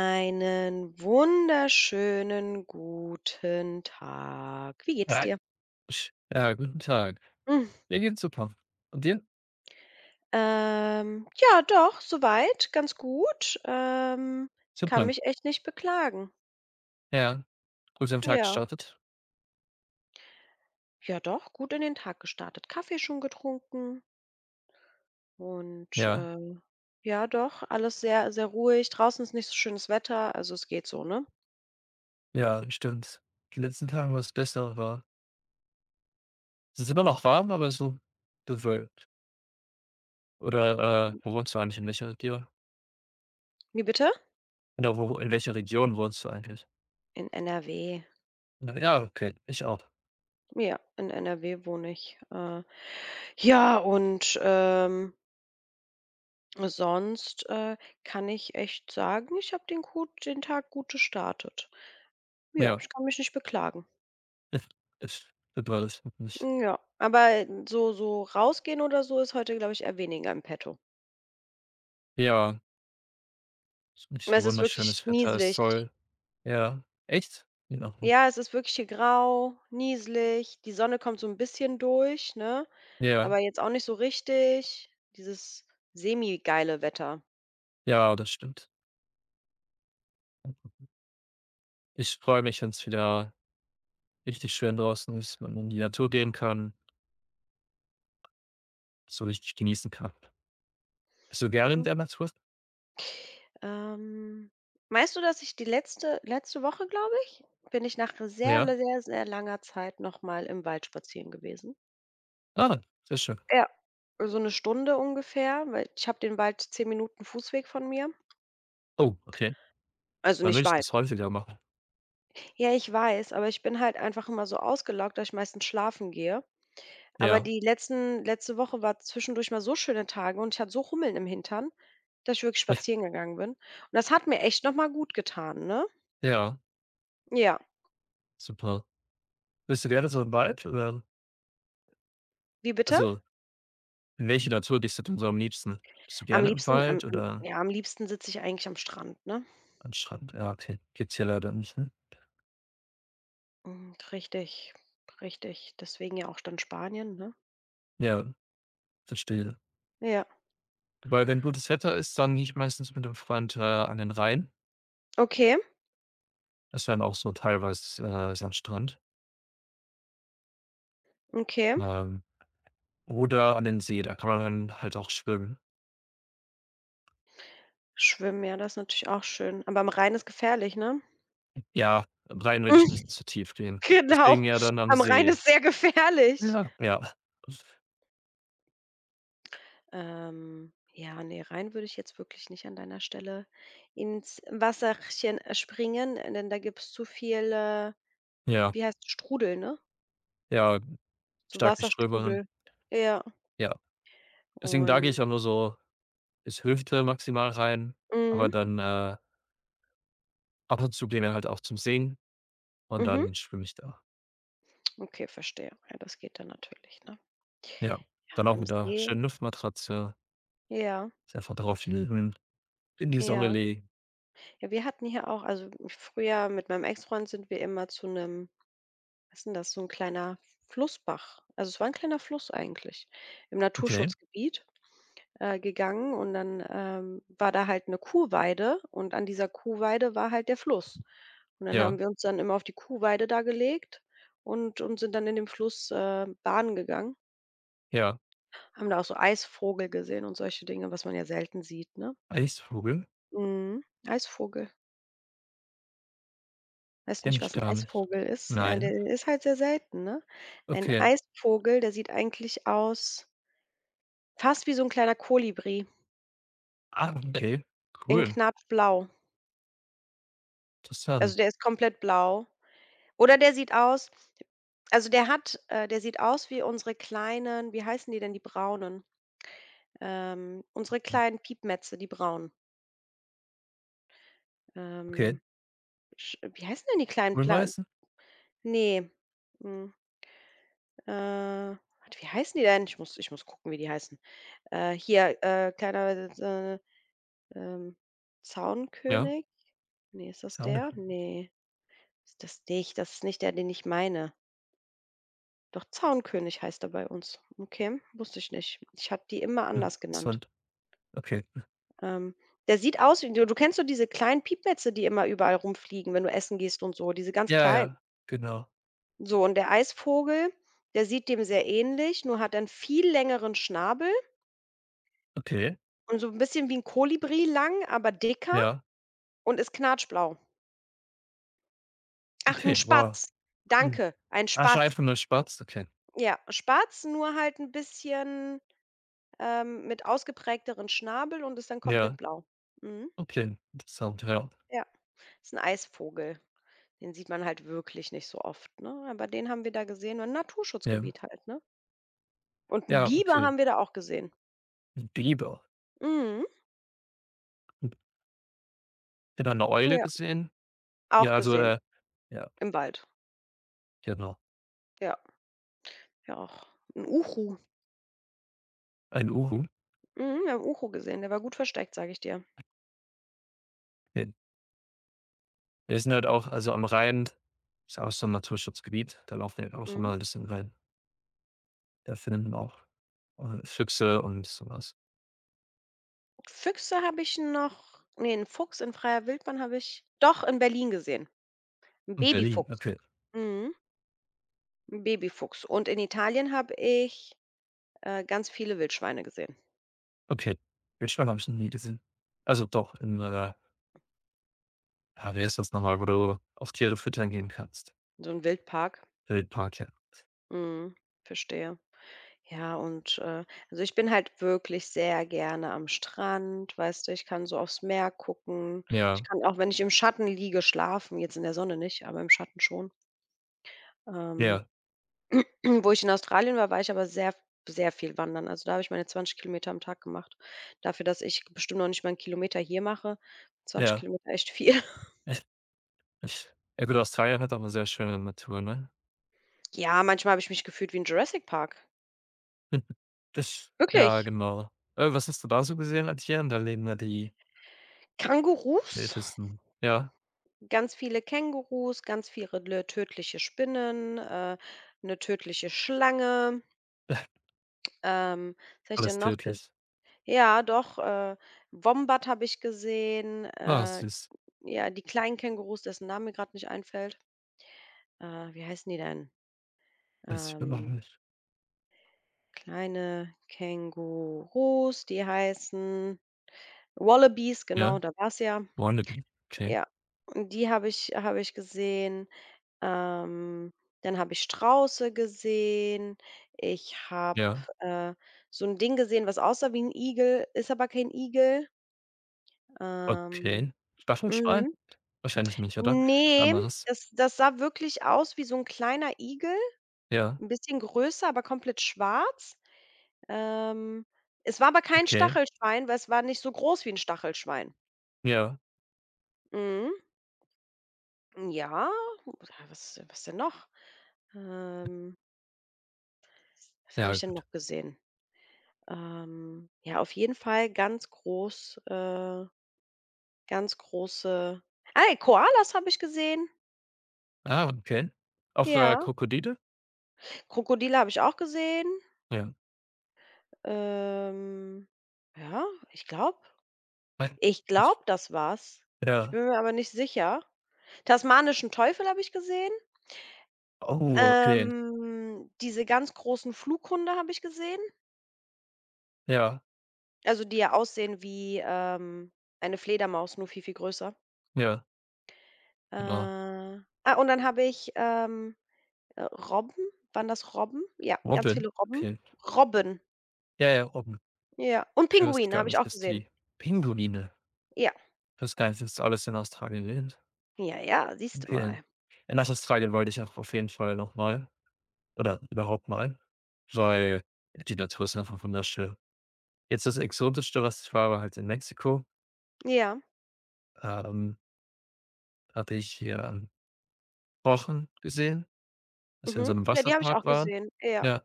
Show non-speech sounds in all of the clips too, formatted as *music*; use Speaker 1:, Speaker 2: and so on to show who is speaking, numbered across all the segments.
Speaker 1: Einen wunderschönen guten Tag. Wie geht's
Speaker 2: Ja.
Speaker 1: dir?
Speaker 2: Ja, guten Tag.
Speaker 1: Hm,
Speaker 2: Mir geht's super. Und dir?
Speaker 1: ja, doch, so weit, ganz gut. Kann
Speaker 2: Super.
Speaker 1: mich echt nicht beklagen.
Speaker 2: Ja, gut in Tag
Speaker 1: Ja.
Speaker 2: gestartet.
Speaker 1: Ja, doch, gut in den Tag gestartet. Kaffee schon getrunken und,
Speaker 2: Ja,
Speaker 1: ja, doch, alles sehr, sehr ruhig. Draußen ist nicht so schönes Wetter, also es geht so, ne?
Speaker 2: ja, stimmt. Die letzten Tage war's besser war es ist immer noch warm, aber so bewölkt. Oder, wo wohnst du eigentlich? In welcher Region?
Speaker 1: Wie bitte?
Speaker 2: Oder wo in welcher Region wohnst du eigentlich?
Speaker 1: In NRW.
Speaker 2: Na ja, okay, ich auch.
Speaker 1: Ja, in NRW wohne ich. Ja, und, sonst, kann ich echt sagen, ich habe den gut den Tag gut gestartet. Ja,
Speaker 2: Ja.
Speaker 1: ich kann mich nicht beklagen.
Speaker 2: *laughs* es ist super. Das ist nicht.
Speaker 1: Ja, aber so so rausgehen oder so ist heute, glaube ich, eher weniger im petto.
Speaker 2: Ja, ist nicht so
Speaker 1: Es ist wirklich
Speaker 2: wunderschönes Wetter, ist
Speaker 1: nieselig.
Speaker 2: Sol. Ja. Echt? Ja.
Speaker 1: Ja, es ist wirklich hier grau, nieselig. Die Sonne kommt so ein bisschen durch, ne,
Speaker 2: Ja,
Speaker 1: aber jetzt auch nicht so richtig. Dieses semi-geile Wetter.
Speaker 2: ja, das stimmt. Ich freue mich, wenn's wieder richtig schön draußen ist, man in die Natur gehen kann, so richtig genießen kann. Bist du gerne in
Speaker 1: Mhm.
Speaker 2: der Natur?
Speaker 1: Ähm, meinst du, dass ich die letzte Woche, glaube ich, bin ich nach sehr,
Speaker 2: Ja?
Speaker 1: sehr, sehr langer Zeit noch mal im Wald spazieren gewesen.
Speaker 2: Ah, sehr schön.
Speaker 1: Ja. So 1 Stunde ungefähr, weil ich habe den Wald 10 Minuten Fußweg von mir,
Speaker 2: Oh, okay.
Speaker 1: also
Speaker 2: Dann will
Speaker 1: nicht
Speaker 2: ich
Speaker 1: weit.
Speaker 2: das häufiger machen.
Speaker 1: Ja, ich weiß, aber ich bin halt einfach immer so ausgelaugt, dass ich meistens schlafen gehe. Aber
Speaker 2: Ja.
Speaker 1: die letzten letzte Woche war zwischendurch mal so schöne Tage und ich hatte so Hummeln im Hintern, dass ich wirklich spazieren
Speaker 2: *laughs*
Speaker 1: gegangen bin. Und das hat mir echt noch mal gut getan, ne?
Speaker 2: Ja,
Speaker 1: Ja.
Speaker 2: super. Bist du gerne so im Wald oder
Speaker 1: Wie bitte?
Speaker 2: also, in welche Natur gehst du denn so am liebsten? Bist du
Speaker 1: Am
Speaker 2: gerne im
Speaker 1: liebsten am
Speaker 2: Wald
Speaker 1: am
Speaker 2: oder
Speaker 1: ja, am liebsten sitze ich eigentlich am Strand, ne?
Speaker 2: am Strand? Ja, okay, gibt's hier leider nicht, ne?
Speaker 1: Mhm, richtig, richtig. Deswegen ja auch dann Spanien, ne?
Speaker 2: Ja, verstehe.
Speaker 1: Ja.
Speaker 2: Weil wenn gutes Wetter ist, dann gehe ich meistens mit 'nem Freund, an den Rhein.
Speaker 1: Okay,
Speaker 2: Das wäre dann auch so teilweise, Sandstrand.
Speaker 1: okay.
Speaker 2: Ähm Oder an den See, da kann man dann halt auch schwimmen.
Speaker 1: Schwimmen, ja, das ist natürlich auch schön. Aber am Rhein ist gefährlich, ne?
Speaker 2: Ja, rein würde ich nicht
Speaker 1: *laughs*
Speaker 2: zu tief gehen.
Speaker 1: Genau,
Speaker 2: Deswegen ja dann am
Speaker 1: am Rhein
Speaker 2: See.
Speaker 1: ist sehr gefährlich.
Speaker 2: Ja.
Speaker 1: Ja, ne, Rhein würde ich jetzt wirklich nicht an deiner Stelle ins Wasserchen, springen, denn da gibt's zu viel,
Speaker 2: Ja,
Speaker 1: wie heißt Strudel, ne?
Speaker 2: ja,
Speaker 1: So
Speaker 2: starke Strömungen.
Speaker 1: Wasserstrudel. Ja,
Speaker 2: Ja. Deswegen da gehe
Speaker 1: und
Speaker 2: ich auch nur so bis Hüfte maximal rein, aber
Speaker 1: mhm,
Speaker 2: dann, ab und zu gehen wir halt auch zum Singen und
Speaker 1: mhm.
Speaker 2: dann schwimme ich da.
Speaker 1: Okay, verstehe. Ja, das geht dann natürlich, ne?
Speaker 2: Ja. Dann
Speaker 1: Ja,
Speaker 2: auch
Speaker 1: im
Speaker 2: mit 'ner
Speaker 1: See
Speaker 2: schönen Luftmatratze,
Speaker 1: ja,
Speaker 2: sich einfach drauf liegen, in die Sonne
Speaker 1: ja.
Speaker 2: legen.
Speaker 1: Ja, wir hatten hier auch also, früher mit meinem Ex-Freund sind wir immer zu einem, was ist 'n das, so ein kleiner Flussbach also, es war ein kleiner Fluss eigentlich im
Speaker 2: Okay.
Speaker 1: Naturschutzgebiet, gegangen und dann, war da halt eine Kuhweide und an dieser Kuhweide war halt der Fluss. Und dann haben
Speaker 2: Ja,
Speaker 1: wir uns dann immer auf die Kuhweide da gelegt und sind dann in dem Fluss, baden gegangen.
Speaker 2: ja.
Speaker 1: Haben da auch so Eisvogel gesehen und solche Dinge, was man ja selten sieht, ne?
Speaker 2: Eisvogel?
Speaker 1: Mhm. Eisvogel. Weißt du
Speaker 2: Kenne
Speaker 1: nicht,
Speaker 2: ich
Speaker 1: was 'n
Speaker 2: gar nicht.
Speaker 1: Eisvogel ist? Ja,
Speaker 2: Nein.
Speaker 1: der ist halt sehr selten, ne? Ein
Speaker 2: Okay.
Speaker 1: Eisvogel, der sieht eigentlich aus fast wie so 'n kleiner Kolibri
Speaker 2: Ah, okay,
Speaker 1: in
Speaker 2: cool,
Speaker 1: knapp blau.
Speaker 2: interessant.
Speaker 1: Also, der ist komplett blau. Oder der sieht aus also, der hat der sieht aus wie unsere kleinen wie heißen die denn, die braunen? Unsere
Speaker 2: Hm,
Speaker 1: kleinen Piepmätze, die braunen.
Speaker 2: okay,
Speaker 1: Ähm, sch wie heißen denn die kleinen Pla
Speaker 2: Grünweizen?
Speaker 1: ne. Hm. Warte, wie heißen die denn? Ich muss gucken, wie die heißen. Hier, kleiner, ähm,
Speaker 2: Ja.
Speaker 1: Zaunkönig? Ne, ist das
Speaker 2: Sagen.
Speaker 1: der? Ne, ist das nicht. Das ist nicht der, den ich meine. Doch, Zaunkönig heißt er bei uns. Okay, wusste ich nicht. Ich habe die immer
Speaker 2: Hm,
Speaker 1: anders genannt.
Speaker 2: interessant. Okay.
Speaker 1: Ähm, der sieht aus wie du kennst so diese kleinen Piepmätze, die immer überall rumfliegen, wenn du essen gehst und so, diese ganz
Speaker 2: Ja,
Speaker 1: kleinen.
Speaker 2: ja, genau.
Speaker 1: So, und der Eisvogel, der sieht dem sehr ähnlich, nur hat er einen viel längeren Schnabel.
Speaker 2: Okay,
Speaker 1: Und so 'n bisschen wie 'n Kolibri lang, aber dicker
Speaker 2: ja,
Speaker 1: und ist knatschblau. Ach, 'n
Speaker 2: okay, wow,
Speaker 1: Spatz.
Speaker 2: cool.
Speaker 1: Danke, ein
Speaker 2: Ach, schon
Speaker 1: Spatz.
Speaker 2: einfach nur schwarz, okay.
Speaker 1: Ja, Spatz, nur halt 'n bisschen, mit ausgeprägteren Schnabel und ist dann komplett
Speaker 2: Ja,
Speaker 1: blau. Mhm,
Speaker 2: okay, interessant, ja.
Speaker 1: ja. Ist 'n Eisvogel. Den sieht man halt wirklich nicht so oft, ne? Aber den haben wir da gesehen, im
Speaker 2: Ja,
Speaker 1: Naturschutzgebiet halt, ne? Und 'n
Speaker 2: ja,
Speaker 1: Biber
Speaker 2: okay.
Speaker 1: haben wir da auch gesehen.
Speaker 2: 'N Biber.
Speaker 1: Mhm,
Speaker 2: Hm, dann 'ne Eule
Speaker 1: ja,
Speaker 2: gesehen? Ja,
Speaker 1: auch
Speaker 2: also,
Speaker 1: gesehen
Speaker 2: ja,
Speaker 1: im Wald.
Speaker 2: genau,
Speaker 1: Ja, ja auch. 'N Uhu.
Speaker 2: ein Uhu.
Speaker 1: Mhm, wir haben Uhu gesehen, der war gut versteckt, sage ich dir.
Speaker 2: Okay. Wir sind halt auch also, am Rhein ist auch so 'n Naturschutzgebiet, da laufen wir halt auch
Speaker 1: Mhm.
Speaker 2: immer 'n bisschen rein. Da finden auch, Füchse und sowas was.
Speaker 1: Füchse habe ich noch ne, 'n Fuchs in freier Wildbahn habe ich doch in Berlin gesehen. 'N
Speaker 2: In Berlin,
Speaker 1: Babyfuchs.
Speaker 2: okay.
Speaker 1: Mhm, 'n Babyfuchs. Und in Italien habe ich, ganz viele Wildschweine gesehen.
Speaker 2: Okay. Wildschwein habe ich noch nie gesehen. Also doch, in, ah, wie heißt das noch wo du auf Tiere füttern gehen kannst?
Speaker 1: So 'n Wildpark.
Speaker 2: Wildpark, ja.
Speaker 1: Mhm, verstehe. Ja, und, also, ich bin halt wirklich sehr gerne am Strand, weißt du? Ich kann so aufs Meer gucken. Ich
Speaker 2: Ja,
Speaker 1: kann auch, wenn ich im Schatten liege, schlafen, jetzt in der Sonne nicht, aber im Schatten schon. Ähm
Speaker 2: ja,
Speaker 1: *clears throat* Wo ich in Australien war, war ich aber sehr sehr viel wandern. Also, da habe ich meine 20 Kilometer am Tag gemacht. Dafür, dass ich bestimmt noch nicht mal einen Kilometer hier mache, 20
Speaker 2: ja.
Speaker 1: Kilometer, echt viel. *laughs*
Speaker 2: Ich, ich, ja gut, Australien hat auch 'ne sehr schöne Natur, ne?
Speaker 1: Ja, manchmal habe ich mich gefühlt wie in Jurassic Park.
Speaker 2: *laughs* Das ja,
Speaker 1: Wirklich.
Speaker 2: genau. Was hast du da so gesehen als hier und da leben ja die
Speaker 1: Kängurus,
Speaker 2: wildesten ja,
Speaker 1: Kängurus, ganz viele le tödliche Spinnen, 'ne tödliche Schlange.
Speaker 2: *laughs*
Speaker 1: Ähm, was habe ich
Speaker 2: alles
Speaker 1: denn noch gesehen?
Speaker 2: tödlich.
Speaker 1: Ja, doch, Wombat habe ich gesehen,
Speaker 2: Ah, süß.
Speaker 1: ja, die kleinen Kängurus, dessen Name mir gerade nicht einfällt. Wie heißen die denn?
Speaker 2: Weiß ich noch
Speaker 1: Ähm,
Speaker 2: nicht.
Speaker 1: kleine Kängurus, die heißen Wallabies, genau,
Speaker 2: Ja?
Speaker 1: da war es ja.
Speaker 2: Wannabe, okay.
Speaker 1: Ja, und die habe ich gesehen. Ähm, dann habe ich Strauße gesehen. Ich habe,
Speaker 2: Ja.
Speaker 1: äh, so ein Ding gesehen, was aussah wie ein Igel, ist aber kein Igel. Ähm,
Speaker 2: Okay. Staffelschwein?
Speaker 1: mhm.
Speaker 2: Wahrscheinlich nicht, oder?
Speaker 1: Ne,
Speaker 2: Anderes?
Speaker 1: das sah wirklich aus wie so ein kleiner Igel,
Speaker 2: Ja,
Speaker 1: ein bisschen größer, aber komplett schwarz. Ähm, es war aber kein
Speaker 2: okay.
Speaker 1: Stachelschwein, weil es war nicht so groß wie 'n Stachelschwein.
Speaker 2: Ja,
Speaker 1: Mhm. Ja, ja, was was denn noch? Ähm, was habe
Speaker 2: ja,
Speaker 1: ich denn
Speaker 2: gut.
Speaker 1: noch gesehen? Ja, auf jeden Fall ganz groß ganz große ey, Koalas habe ich gesehen.
Speaker 2: Ah, okay. Auch,
Speaker 1: Ja.
Speaker 2: Krokodile?
Speaker 1: Krokodile habe ich auch gesehen.
Speaker 2: Ja.
Speaker 1: Ähm, ja, ich glaube
Speaker 2: Nein.
Speaker 1: ich
Speaker 2: Und
Speaker 1: glaube, das war's. Ich
Speaker 2: ja.
Speaker 1: bin mir aber nicht sicher. Tasmanischen Teufel habe ich gesehen.
Speaker 2: Oh, okay.
Speaker 1: Diese ganz großen Flughunde habe ich gesehen,
Speaker 2: Ja,
Speaker 1: also die ja aussehen wie, eine Fledermaus, nur viel, viel größer.
Speaker 2: ja, genau.
Speaker 1: Und dann habe ich, Robben waren das Robben? Ja, ganz
Speaker 2: Robben?
Speaker 1: viele Robben.
Speaker 2: Okay.
Speaker 1: Robben,
Speaker 2: Ja, Robben.
Speaker 1: ja. Und
Speaker 2: Okay, wusste
Speaker 1: Pinguine
Speaker 2: gar
Speaker 1: habe ich
Speaker 2: nicht,
Speaker 1: auch
Speaker 2: dass
Speaker 1: gesehen.
Speaker 2: die Pinguine
Speaker 1: Ja.
Speaker 2: das gar nicht, dass alles in Australien lebt.
Speaker 1: Ja, ja, siehst du
Speaker 2: Okay.
Speaker 1: mal.
Speaker 2: Ja, nach Australien wollte ich auch auf jeden Fall noch mal oder überhaupt mal, weil die Natur ist einfach wunderschön. Jetzt das Exotischste, was ich war, war halt in Mexiko.
Speaker 1: Ja.
Speaker 2: Ähm, hatte ich hier einen Rochen gesehen, als wir in so
Speaker 1: Mhm.
Speaker 2: einem
Speaker 1: Ja, die habe ich
Speaker 2: Wasserpark
Speaker 1: auch
Speaker 2: waren.
Speaker 1: gesehen. Ja.
Speaker 2: Ja,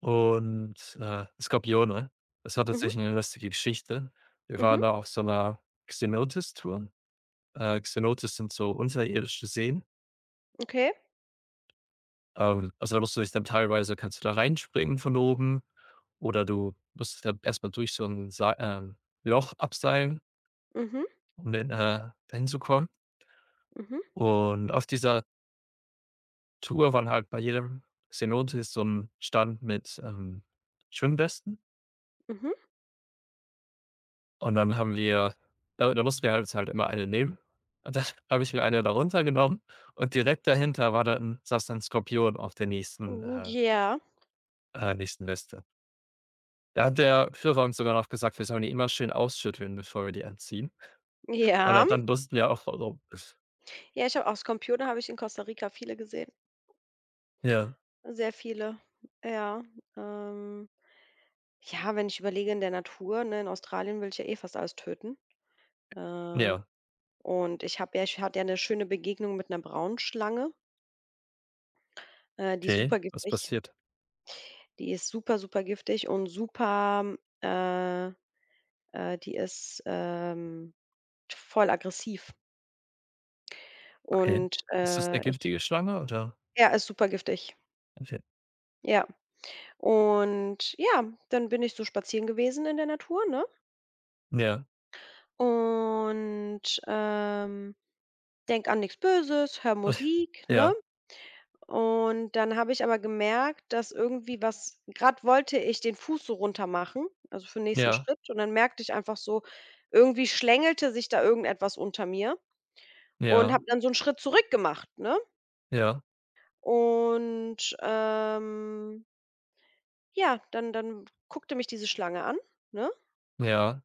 Speaker 2: und, Skorpione. Das hat
Speaker 1: Mhm.
Speaker 2: tatsächlich eine lustige Geschichte. Wir waren
Speaker 1: Mhm.
Speaker 2: da auf so einer Cenotes-Tour. Cenotes sind so unterirdische Seen.
Speaker 1: Okay.
Speaker 2: Also, da musst du dich dann teilweise kannst du da reinspringen von oben oder du musst dann erst durch so ein Sei Loch abseilen,
Speaker 1: Mhm.
Speaker 2: um dann, da hinzukommen.
Speaker 1: Mhm.
Speaker 2: Und auf dieser Tour waren halt bei jedem Cenote ist so ein Stand mit, Schwimmwesten
Speaker 1: Mhm.
Speaker 2: und dann haben wir da da mussten wir halt immer eine nehmen und dann *laughs* habe ich mir eine darunter genommen und direkt dahinter war dann saß dann 'n Skorpion auf der nächsten,
Speaker 1: Mhm. Ja.
Speaker 2: nächsten Weste. Da hat der Führer uns sogar noch gesagt, wir sollen die immer schön ausschütteln, bevor wir die anziehen. Und da
Speaker 1: Ja.
Speaker 2: dann mussten wir auch warum.
Speaker 1: Ja, ich habe aus Computer habe ich in Costa Rica viele gesehen.
Speaker 2: Ja,
Speaker 1: Sehr viele, ja. Ähm, ja, wenn ich überlege in der Natur, ne, in Australien will ich ja eh fast alles töten. Äh,
Speaker 2: ja,
Speaker 1: und ich habe ja ich hatte ja eine schöne Begegnung mit einer Braunschlange, die ist
Speaker 2: okay,
Speaker 1: super
Speaker 2: was
Speaker 1: giftig.
Speaker 2: passiert?
Speaker 1: Die ist super, super giftig und super äh, die ist, voll aggressiv
Speaker 2: Okay.
Speaker 1: und,
Speaker 2: Ist das eine
Speaker 1: ich
Speaker 2: giftige Schlange oder?
Speaker 1: ja, ist super giftig.
Speaker 2: Okay.
Speaker 1: Ja. Und ja, dann bin ich so spazieren gewesen in der Natur, ne?
Speaker 2: Ja.
Speaker 1: Und, denk an nichts Böses, hör
Speaker 2: *laughs*
Speaker 1: Musik, ne?
Speaker 2: Ja,
Speaker 1: Und dann habe ich aber gemerkt, dass irgendwie was gerade wollte ich den Fuß so runter machen, also für 'n nächsten
Speaker 2: ja,
Speaker 1: Schritt, und dann merkte ich einfach so, irgendwie schlängelte sich da irgendetwas unter mir und
Speaker 2: ja.
Speaker 1: habe dann so einen Schritt zurückgemacht, ne?
Speaker 2: Ja,
Speaker 1: Und, ja, dann guckte mich diese Schlange an, ne?
Speaker 2: ja,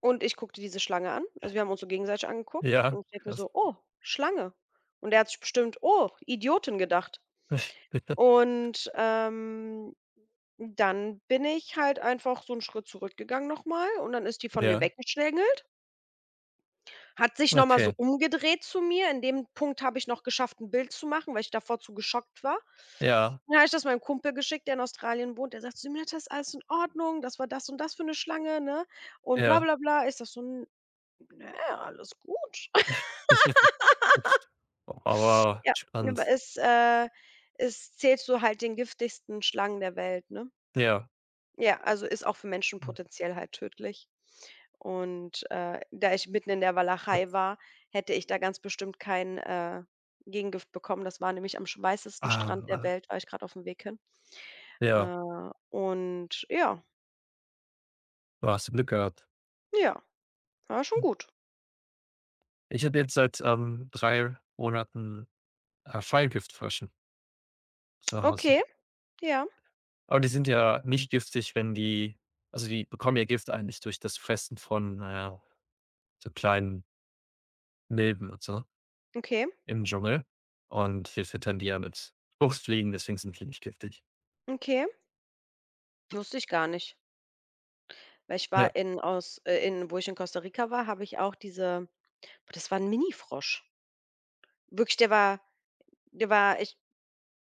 Speaker 1: Und ich guckte diese Schlange an. Also, wir haben uns so gegenseitig angeguckt
Speaker 2: ja,
Speaker 1: und ich denke mir
Speaker 2: krass.
Speaker 1: so: „Oh, Schlange.“ Und er hat sich bestimmt: „Oh, Idiotin“ gedacht.
Speaker 2: *laughs*
Speaker 1: Und, dann bin ich halt einfach so einen Schritt zurückgegangen nochmal und dann ist die von mir
Speaker 2: Ja,
Speaker 1: weggeschlängelt, hat sich noch mal so
Speaker 2: okay.
Speaker 1: umgedreht zu mir. In dem Punkt habe ich noch geschafft, ein Bild zu machen, weil ich davor zu geschockt war.
Speaker 2: Ja,
Speaker 1: Dann habe ich das meinem Kumpel geschickt, der in Australien wohnt. Der sagt zu mir: das ist alles in Ordnung? Das war das und das für eine Schlange, ne? Und bla
Speaker 2: ja.
Speaker 1: bla bla.“ ist das so: „N ne, alles gut.“ *laughs*
Speaker 2: *laughs* Aber
Speaker 1: Ja, aber
Speaker 2: spannend.
Speaker 1: es, es zählt so halt den giftigsten Schlangen der Welt, ne?
Speaker 2: Ja.
Speaker 1: Ja, also ist auch für Menschen potenziell halt tödlich. Und, da ich mitten in der Walachei war, hätte ich da ganz bestimmt kein, Gegengift bekommen. Das war nämlich am sch weißesten Strand der
Speaker 2: Ah,
Speaker 1: Welt, war ich gerade auf dem Weg hin.
Speaker 2: ja,
Speaker 1: Und ja,
Speaker 2: du hast Glück gehabt.
Speaker 1: ja, war schon gut.
Speaker 2: Ich habe jetzt seit, 3 Monaten, Fallgiftfrösche zu Hause.
Speaker 1: Okay, ja,
Speaker 2: Aber die sind ja nicht giftig, wenn die also, die bekommen ja Gift eigentlich durch das Fressen von, so kleinen Milben und so
Speaker 1: okay,
Speaker 2: im Dschungel. Und wir füttern die ja mit Fruchtfliegen, deswegen sind die nicht giftig.
Speaker 1: okay. Wusste ich gar nicht. Weil ich
Speaker 2: Ja,
Speaker 1: war in aus in wo ich in Costa Rica war, habe ich auch diese boah, das war ein Mini-Frosch. Wirklich, der war ich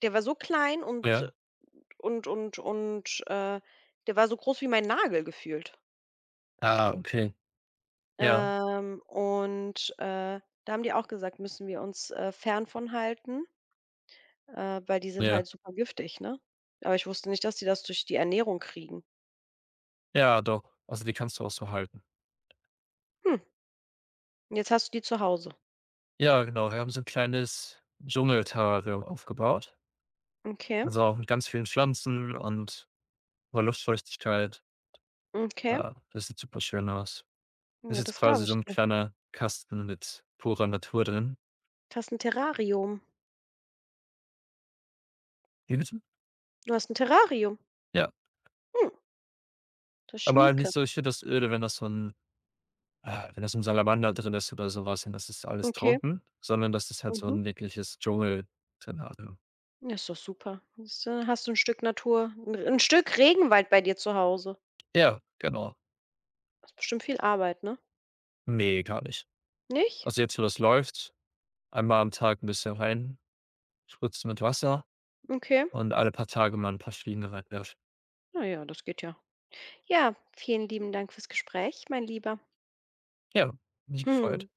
Speaker 1: der war so klein und
Speaker 2: ja.
Speaker 1: Und und und, äh, der war so groß wie mein Nagel gefühlt.
Speaker 2: Ah, okay. Ja,
Speaker 1: Und, da haben die auch gesagt: „Müssen wir uns, fern von halten, weil die sind
Speaker 2: ja.
Speaker 1: halt super giftig“, ne? Aber ich wusste nicht, dass die das durch die Ernährung kriegen.
Speaker 2: Ja, doch. Also, die kannst du auch so halten.
Speaker 1: Hm, jetzt hast du die zu Hause.
Speaker 2: Ja, genau. Wir haben so ein kleines Dschungelterrarium aufgebaut.
Speaker 1: Okay,
Speaker 2: Also, auch mit ganz vielen Pflanzen und hoher Luftfeuchtigkeit.
Speaker 1: okay.
Speaker 2: Ah, das sieht super schön aus. Das
Speaker 1: Ja,
Speaker 2: ist jetzt
Speaker 1: das glaube
Speaker 2: quasi so
Speaker 1: ich
Speaker 2: ein
Speaker 1: dir.
Speaker 2: kleiner Kasten mit purer Natur drin.
Speaker 1: Du hast ein Terrarium.
Speaker 2: Wie bitte?
Speaker 1: Du hast ein Terrarium.
Speaker 2: Ja,
Speaker 1: Hm, das
Speaker 2: aber halt nicht
Speaker 1: schnieke.
Speaker 2: so ich finde das öde, wenn das so ein, ah, wenn da so ein Salamander drin ist oder sowas, was und das ist alles
Speaker 1: Okay,
Speaker 2: trocken, sondern das ist halt so
Speaker 1: mhm.
Speaker 2: ein wirkliches Dschungelterrarium.
Speaker 1: Ja, ist doch super. Siehst du, dann hast du ein Stück Natur ein 'n Stück Regenwald bei dir zu Hause.
Speaker 2: Ja, genau.
Speaker 1: Das Ist bestimmt viel Arbeit, ne?
Speaker 2: Ne, gar nicht.
Speaker 1: Nicht?
Speaker 2: Also, jetzt, wo das läuft, einmal am Tag ein bisschen rein spritzt mit Wasser
Speaker 1: Okay.
Speaker 2: und alle paar Tage mal ein paar Fliegen reinwerfen.
Speaker 1: Naja, das geht ja. Ja, vielen lieben Dank fürs Gespräch, mein Lieber.
Speaker 2: Ja, mich gefreut.
Speaker 1: Hm.